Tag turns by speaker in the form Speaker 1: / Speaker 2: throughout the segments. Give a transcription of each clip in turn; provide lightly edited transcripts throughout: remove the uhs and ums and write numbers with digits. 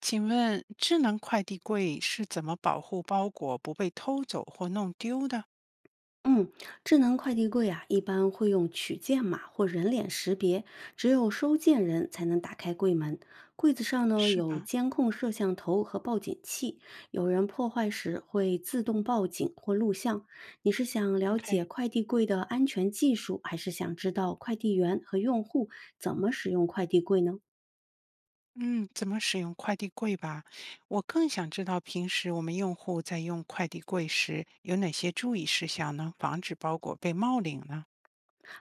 Speaker 1: 请问智能快递柜是怎么保护包裹不被偷走或弄丢的？
Speaker 2: 嗯，智能快递柜啊，一般会用取件码或人脸识别，只有收件人才能打开柜门。柜子上呢
Speaker 1: 是
Speaker 2: 有
Speaker 1: 吧
Speaker 2: 监控摄像头和报警器，有人破坏时会自动报警或录像。你是想了解
Speaker 1: ？OK，
Speaker 2: 快递柜的安全技术，还是想知道快递员和用户怎么使用快递柜呢？
Speaker 1: 嗯，怎么使用快递柜吧？我更想知道平时我们用户在用快递柜时有哪些注意事项能防止包裹被冒领呢？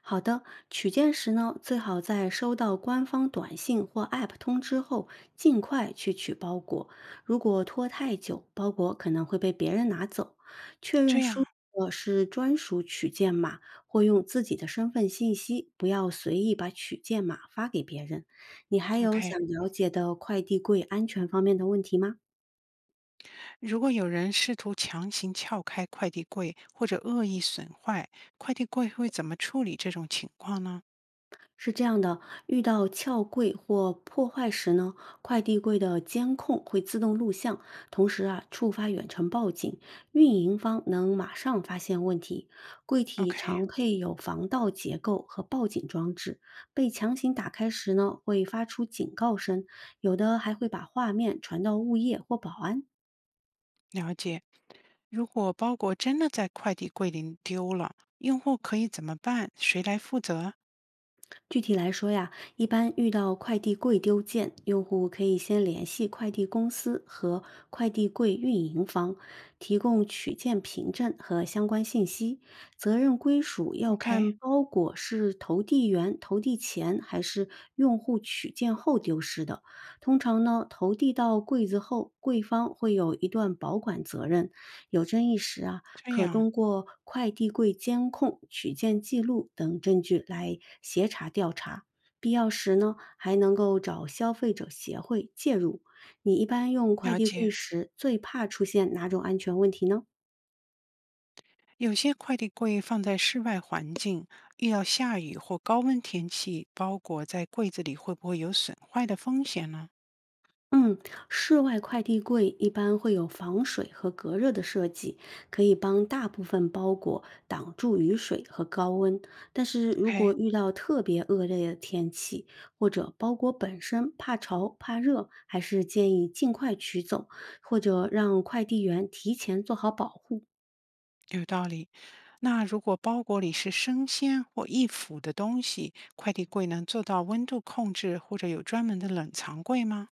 Speaker 2: 好的，取件时呢，最好在收到官方短信或 App 通知后，尽快去取包裹。如果拖太久，包裹可能会被别人拿走。确认
Speaker 1: 这
Speaker 2: 输
Speaker 1: 样
Speaker 2: 入是专属取件码，或用自己的身份信息，不要随意把取件码发给别人。你还有想
Speaker 1: ，OK，
Speaker 2: 了解的快递柜安全方面的问题吗？
Speaker 1: 如果有人试图强行撬开快递柜或者恶意损坏，快递柜会怎么处理这种情况呢
Speaker 2: 是这样的，遇到撬柜或破坏时呢，快递柜的监控会自动录像，同时啊触发远程报警，运营方能马上发现问题。柜体
Speaker 1: ？OK，
Speaker 2: 常配有防盗结构和报警装置，被强行打开时呢会发出警告声，有的还会把画面传到物业或保安。
Speaker 1: 了解。如果包裹真的在快递柜里丢了，用户可以怎么办？谁来负责
Speaker 2: 具体来说呀，一般遇到快递柜丢件，用户可以先联系快递公司和快递柜运营方，提供取件凭证和相关信息。责任归属要
Speaker 1: ？OK，
Speaker 2: 看包裹是投递员投递前还是用户取件后丢失的。通常呢，投递到柜子后，柜方会有一段保管责任。有争议时啊，
Speaker 1: 这
Speaker 2: 可
Speaker 1: 样
Speaker 2: 通过快递柜监控、取件记录等证据来协查调查。必要时呢，还能够找消费者协会介入。你一般用快
Speaker 1: 了
Speaker 2: 递柜
Speaker 1: 解。
Speaker 2: 时，最怕出现哪种安全问题呢？
Speaker 1: 有些快递柜放在室外环境，遇到下雨或高温天气，包裹在柜子里会不会有损坏的风险呢
Speaker 2: 嗯，室外快递柜一般会有防水和隔热的设计，可以帮大部分包裹挡住雨水和高温。但是如果
Speaker 1: ？OK，
Speaker 2: 遇到特别恶劣的天气，或者包裹本身怕潮怕热，还是建议尽快取走，或者让快递员提前做好保护。
Speaker 1: 有道理。那如果包裹里是生鲜或易腐的东西，快递柜能做到温度控制，或者有专门的冷藏柜吗？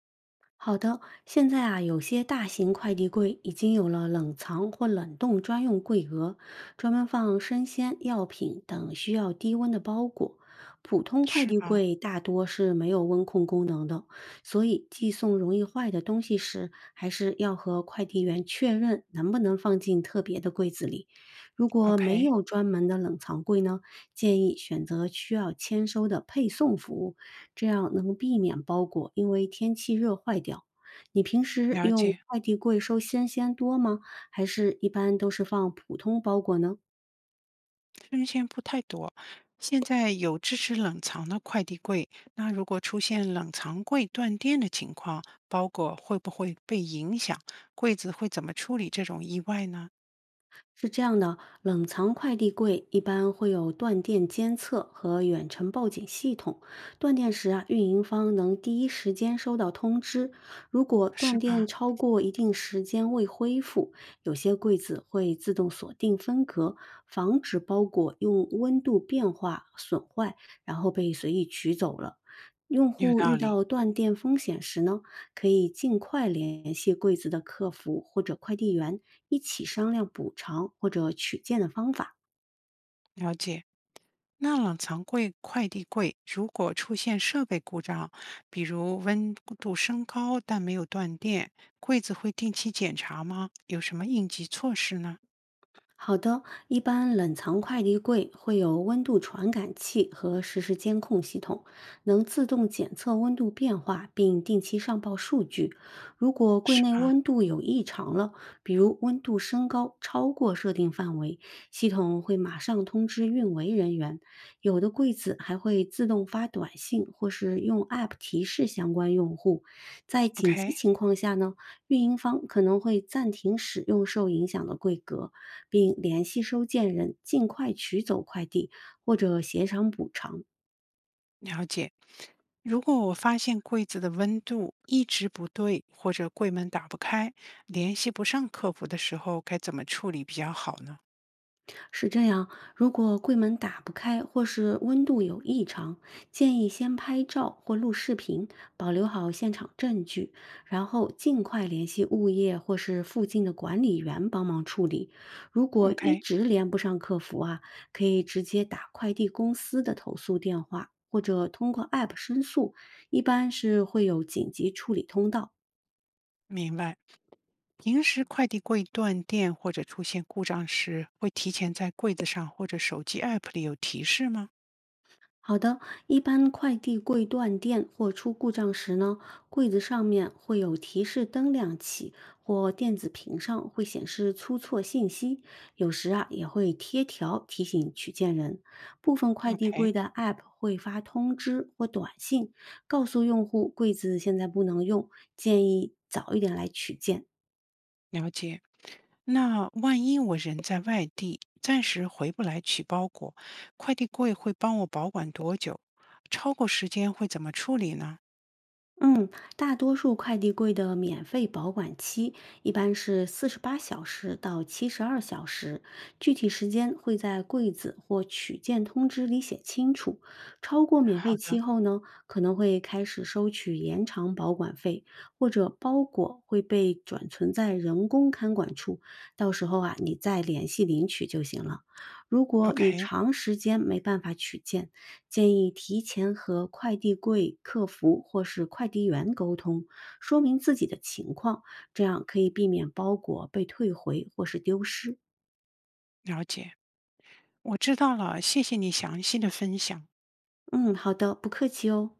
Speaker 2: 好的，现在啊，有些大型快递柜已经有了冷藏或冷冻专用柜额，专门放生鲜、药品等需要低温的包裹。普通快
Speaker 1: 是
Speaker 2: 递
Speaker 1: 吧
Speaker 2: 柜大多是没有温控功能的，所以寄送容易坏的东西时，还是要和快递员确认能不能放进特别的柜子里。如果没
Speaker 1: ？OK，
Speaker 2: 有专门的冷藏柜呢，建议选择需要签收的配送服务。这样能避免包裹因为天气热坏掉。你平时
Speaker 1: 了
Speaker 2: 用
Speaker 1: 解。
Speaker 2: 快递柜收鲜鲜多吗？还是一般都是放普通包裹呢？
Speaker 1: 针线不太多，现在有支持冷藏的快递柜。那如果出现冷藏柜断电的情况，包裹会不会被影响？柜子会怎么处理这种意外呢？
Speaker 2: 是这样的，冷藏快递柜一般会有断电监测和远程报警系统。断电时啊，运营方能第一时间收到通知。如果断
Speaker 1: 是
Speaker 2: 电
Speaker 1: 吧？
Speaker 2: 超过一定时间未恢复，有些柜子会自动锁定分隔，防止包裹用温度变化损坏，然后被随意取走了。用
Speaker 1: 有
Speaker 2: 户
Speaker 1: 道
Speaker 2: 遇
Speaker 1: 理，
Speaker 2: 到断电风险时呢，可以尽快联系柜子的客服或者快递员，一起商量补偿或者取件的方法。
Speaker 1: 了解。那冷藏柜、快递柜如果出现设备故障，比如温度升高但没有断电，柜子会定期检查吗？有什么应急措施呢？
Speaker 2: 好的，一般冷藏快递柜会有温度传感器和实时监控系统，能自动检测温度变化并定期上报数据。如果柜
Speaker 1: 是
Speaker 2: 内
Speaker 1: 吧
Speaker 2: 温度有异常了，比如温度升高超过设定范围，系统会马上通知运维人员。有的柜子还会自动发短信或是用 App 提示相关用户。在紧急
Speaker 1: ？OK。
Speaker 2: 情况下呢，运营方可能会暂停使用受影响的规格，并联系收件人尽快取走快递或者协商补偿。
Speaker 1: 了解。如果我发现柜子的温度一直不对，或者柜门打不开，联系不上客服的时候，该怎么处理比较好呢
Speaker 2: 是这样，如果柜门打不开或是温度有异常，建议先拍照或录视频，保留好现场证据，然后尽快联系物业或是附近的管理员帮忙处理。如果一
Speaker 1: ？OK，
Speaker 2: 直连不上客服啊，可以直接打快递公司的投诉电话，或者通过 App 申诉，一般是会有紧急处理通道。
Speaker 1: 明白。平时快递柜断电或者出现故障时，会提前在柜子上或者手机 App 里有提示吗
Speaker 2: 好的，一般快递柜断电或出故障时呢，柜子上面会有提示灯亮起，或电子屏上会显示出错信息，有时啊也会贴条提醒取件人。部分快递柜
Speaker 1: ？OK，
Speaker 2: 的 App 会发通知或短信，告诉用户柜子现在不能用，建议早一点来取件。
Speaker 1: 了解。那万一我人在外地，暂时回不来取包裹，快递柜会帮我保管多久？超过时间会怎么处理呢？
Speaker 2: 嗯，大多数快递柜的免费保管期一般是48小时到72小时，具体时间会在柜子或取件通知里写清楚。超过免费
Speaker 1: 好
Speaker 2: 期
Speaker 1: 的。
Speaker 2: 后呢，可能会开始收取延长保管费，或者包裹会被转存在人工看管处，到时候啊，你再联系领取就行了。如果你
Speaker 1: OK，
Speaker 2: 长时间没办法取件，建议提前和快递柜客服或是快递员沟通，说明自己的情况，这样可以避免包裹被退回或是丢失。
Speaker 1: 了解，我知道了，谢谢你详细的分享。
Speaker 2: 嗯，好的，不客气哦。